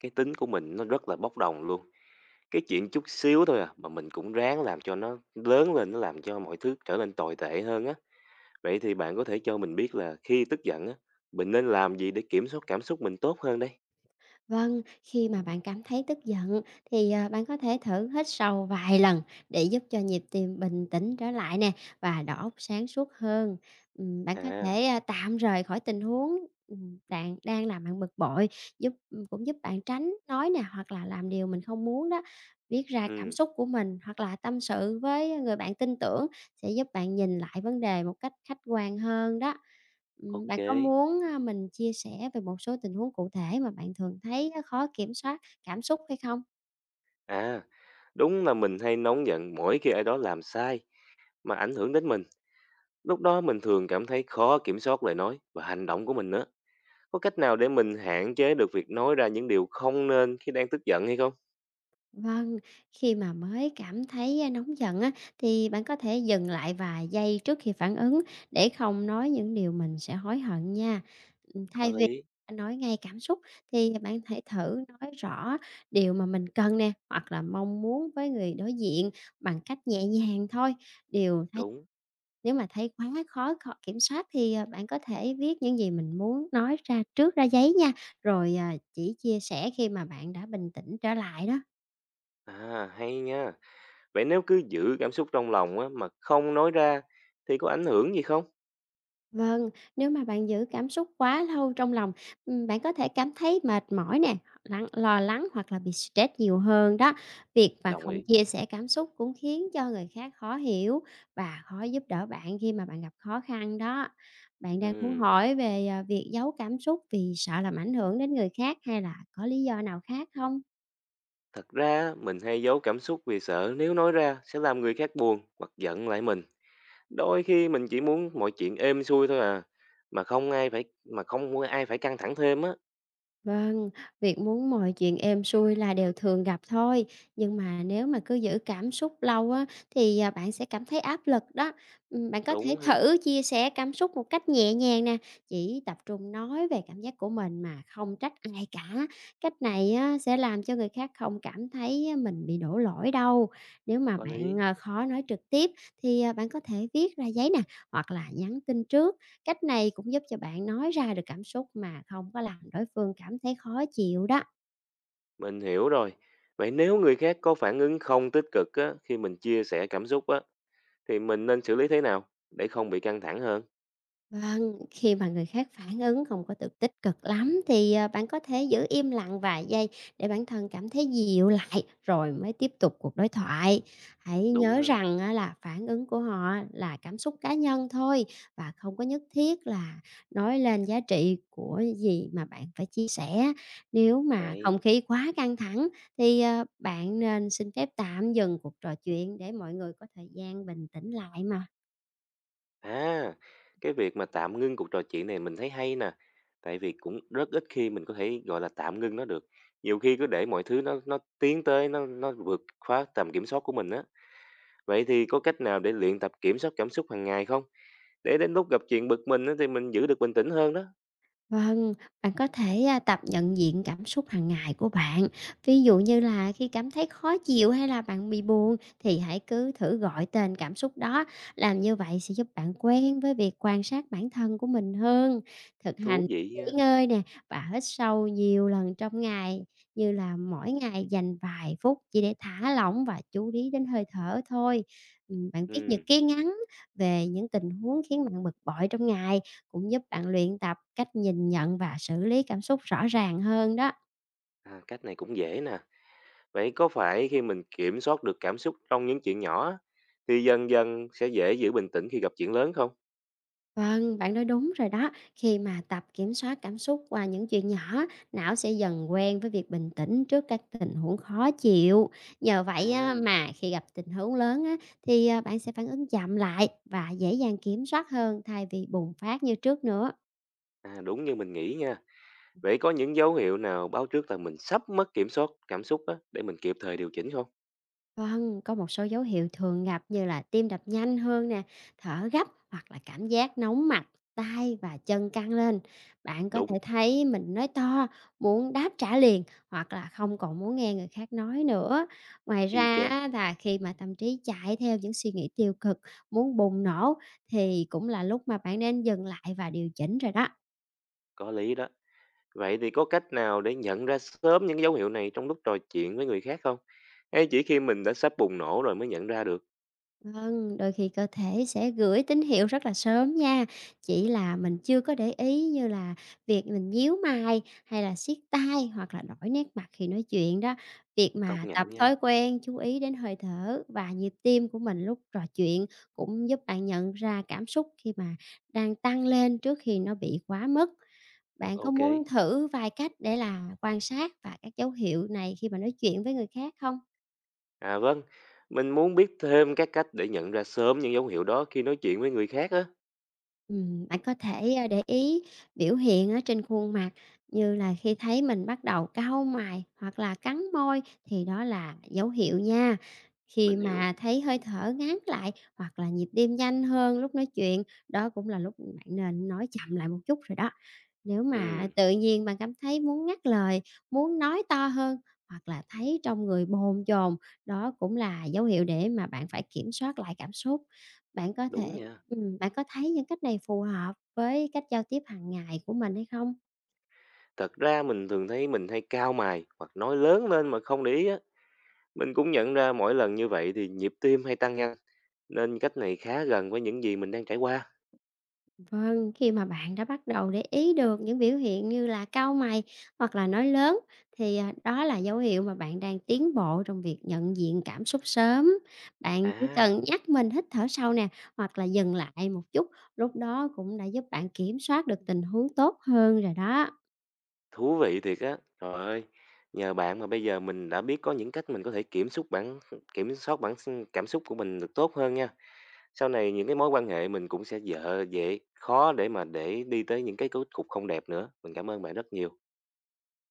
Cái tính của mình nó rất là bốc đồng luôn. Cái chuyện chút xíu thôi à, mà mình cũng ráng làm cho nó lớn lên, nó làm cho mọi thứ trở nên tồi tệ hơn á. Vậy thì bạn có thể cho mình biết là khi tức giận á, mình nên làm gì để kiểm soát cảm xúc mình tốt hơn đây? Vâng, khi mà bạn cảm thấy tức giận thì, bạn có thể thử hít sâu vài lần để giúp cho nhịp tim bình tĩnh trở lại nè và đầu óc sáng suốt hơn. Bạn có À, thể, tạm rời khỏi tình huống, bạn đang làm bạn bực bội, giúp cũng giúp bạn tránh nói nè hoặc là làm điều mình không muốn đó. Viết ra cảm ừ, xúc của mình hoặc là tâm sự với người bạn tin tưởng sẽ giúp bạn nhìn lại vấn đề một cách khách quan hơn đó. Bạn ok. có muốn, mình chia sẻ về một số tình huống cụ thể mà bạn thường thấy á khó kiểm soát cảm xúc hay không? À, đúng là mình hay nóng giận mỗi khi ai đó làm sai mà ảnh hưởng đến mình. Lúc đó mình thường cảm thấy khó kiểm soát lời nói và hành động của mình nữa. Có cách nào để mình hạn chế được việc nói ra những điều không nên khi đang tức giận hay không? Vâng, khi mà mới cảm thấy, nóng giận á, thì bạn có thể dừng lại vài giây trước khi phản ứng để không nói những điều mình sẽ hối hận nha. Có Thay vì lý, nói ngay cảm xúc thì bạn hãy thử nói rõ điều mà mình cần nè, hoặc là mong muốn với người đối diện bằng cách nhẹ nhàng thôi, điều thấy. đúng. Nếu mà thấy quá khó khó kiểm soát thì, bạn có thể viết những gì mình muốn nói ra trước ra giấy nha, rồi, chỉ chia sẻ khi mà bạn đã bình tĩnh trở lại đó. À, hay nha. Vậy nếu cứ giữ cảm xúc trong lòng á mà không nói ra thì có ảnh hưởng gì không? Vâng, nếu mà bạn giữ cảm xúc quá lâu trong lòng, bạn có thể cảm thấy mệt mỏi nè, lo lắng hoặc là bị stress nhiều hơn đó. Việc mà Đồng không ý. chia sẻ cảm xúc cũng khiến cho người khác khó hiểu và khó giúp đỡ bạn khi mà bạn gặp khó khăn đó. Bạn đang muốn Ừm, hỏi về, việc giấu cảm xúc vì sợ làm ảnh hưởng đến người khác hay là có lý do nào khác không? Thật ra mình hay giấu cảm xúc vì sợ nếu nói ra sẽ làm người khác buồn hoặc giận lại mình. Đôi khi mình chỉ muốn mọi chuyện êm xuôi thôi à, mà không muốn ai phải căng thẳng thêm á. Vâng, việc muốn mọi chuyện êm xuôi là đều thường gặp thôi, nhưng mà nếu mà cứ giữ cảm xúc lâu á thì, bạn sẽ cảm thấy áp lực đó. Bạn có thể Đúng ha, thử chia sẻ cảm xúc một cách nhẹ nhàng nè, chỉ tập trung nói về cảm giác của mình mà không trách ai cả. Cách này á sẽ làm cho người khác không cảm thấy mình bị đổ lỗi đâu. Nếu mà có bạn, lý. Khó nói trực tiếp thì, bạn có thể viết ra giấy nè, hoặc là nhắn tin trước. Cách này cũng giúp cho bạn nói ra được cảm xúc mà không có làm đối phương cảm thấy khó chịu đó. Mình hiểu rồi. Vậy nếu người khác có phản ứng không tích cực á khi mình chia sẻ cảm xúc á thì mình nên xử lý thế nào để không bị căng thẳng hơn? Vâng, khi mà người khác phản ứng không có được tích cực lắm thì, bạn có thể giữ im lặng vài giây để bản thân cảm thấy dịu lại rồi mới tiếp tục cuộc đối thoại. Hãy Đúng nhớ ha. rằng á là phản ứng của họ là cảm xúc cá nhân thôi và không có nhất thiết là nói lên giá trị của gì mà bạn phải chia sẻ. Nếu mà không Hay. khí quá căng thẳng thì, bạn nên xin phép tạm dừng cuộc trò chuyện để mọi người có thời gian bình tĩnh lại mà. À, cái việc mà tạm ngưng cuộc trò chuyện này mình thấy hay nè. Tại vì cũng rất ít khi mình có thể gọi là tạm ngưng nó được. Nhiều khi cứ để mọi thứ nó tiến tới nó vượt quá tầm kiểm soát của mình á. Vậy thì có cách nào để luyện tập kiểm soát cảm xúc hàng ngày không? Để đến lúc gặp chuyện bực mình á, thì mình giữ được bình tĩnh hơn đó. Vâng, bạn có thể tập nhận diện cảm xúc hàng ngày của bạn. Ví dụ như là khi cảm thấy khó chịu hay là bạn bị buồn thì hãy cứ thử gọi tên cảm xúc đó. Làm như vậy sẽ giúp bạn quen với việc quan sát bản thân của mình hơn. Thực Thú hành vị nha. nghỉ ngơi nè và hít sâu nhiều lần trong ngày, như là mỗi ngày dành vài phút chỉ để thả lỏng và chú ý đến hơi thở thôi. Ừ, bạn viết nhật Ừ, ký ngắn về những tình huống khiến bạn bực bội trong ngày cũng giúp bạn luyện tập cách nhìn nhận và xử lý cảm xúc rõ ràng hơn đó. à, cách này cũng dễ nè. Vậy có phải khi mình kiểm soát được cảm xúc trong những chuyện nhỏ á, thì dần dần sẽ dễ giữ bình tĩnh khi gặp chuyện lớn không? Vâng, bạn nói đúng rồi đó. Khi mà tập kiểm soát cảm xúc qua những chuyện nhỏ, não sẽ dần quen với việc bình tĩnh trước các tình huống khó chịu. Nhờ vậy á, À, mà khi gặp tình huống lớn á, thì bạn sẽ phản ứng chậm lại và dễ dàng kiểm soát hơn thay vì bùng phát như trước nữa. à đúng như mình nghĩ nha. Vậy có những dấu hiệu nào báo trước là mình sắp mất kiểm soát cảm xúc á, để mình kịp thời điều chỉnh không? Vâng, có một số dấu hiệu thường gặp như là tim đập nhanh hơn nè, thở gấp hoặc là cảm giác nóng mặt, tay và chân căng lên. Bạn có thể Đúng, thấy mình nói to, muốn đáp trả liền hoặc là không còn muốn nghe người khác nói nữa. Ngoài y ra chang, á, là khi mà tâm trí chạy theo những suy nghĩ tiêu cực, muốn bùng nổ thì cũng là lúc mà bạn nên dừng lại và điều chỉnh rồi đó. có lý đó. Vậy thì có cách nào để nhận ra sớm những dấu hiệu này trong lúc trò chuyện với người khác không? Hay chỉ khi mình đã sắp bùng nổ rồi mới nhận ra được? Vâng, đôi khi cơ thể sẽ gửi tín hiệu rất là sớm nha, chỉ là mình chưa có để ý, như là việc mình nhíu mày hay là siết tay hoặc là đổi nét mặt khi nói chuyện đó. Việc Công mà tập nhận thói nha. quen chú ý đến hơi thở và nhịp tim của mình lúc trò chuyện cũng giúp bạn nhận ra cảm xúc khi mà đang tăng lên trước khi nó bị quá mức. Bạn có Ok. muốn thử vài cách để là quan sát và các dấu hiệu này khi mà nói chuyện với người khác không? À vâng, mình muốn biết thêm các cách để nhận ra sớm những dấu hiệu đó khi nói chuyện với người khác á. Bạn có thể, để ý biểu hiện ở trên khuôn mặt, như là khi thấy mình bắt đầu cau mày hoặc là cắn môi thì đó là dấu hiệu nha. Khi Mình hiểu. mà thấy hơi thở ngắn lại hoặc là nhịp tim nhanh hơn lúc nói chuyện, đó cũng là lúc bạn nên nói chậm lại một chút rồi đó. Nếu mà Ừ, tự nhiên bạn cảm thấy muốn ngắt lời, muốn nói to hơn hoặc là thấy trong người bồn chồn, đó cũng là dấu hiệu để mà bạn phải kiểm soát lại cảm xúc. Bạn có đúng thể nha. Bạn có thấy những cách này phù hợp với cách giao tiếp hàng ngày của mình hay không? Thật ra mình thường thấy mình hay cao mày hoặc nói lớn lên mà không để ý á. Mình cũng nhận ra mỗi lần như vậy thì nhịp tim hay tăng nhanh, nên cách này khá gần với những gì mình đang trải qua. Vâng, khi mà bạn đã bắt đầu để ý được những biểu hiện như là cau mày hoặc là nói lớn thì, đó là dấu hiệu mà bạn đang tiến bộ trong việc nhận diện cảm xúc sớm. Bạn chỉ À, cần nhắc mình hít thở sâu nè, hoặc là dừng lại một chút, lúc đó cũng đã giúp bạn kiểm soát được tình huống tốt hơn rồi đó. thú vị thiệt á. Trời ơi, nhờ bạn mà bây giờ mình đã biết có những cách mình có thể kiểm soát bản s- cảm xúc của mình được tốt hơn nha. Sau này những cái mối quan hệ mình cũng sẽ dễ khó để mà để đi tới những cái kết cục không đẹp nữa. Mình cảm ơn bạn rất nhiều.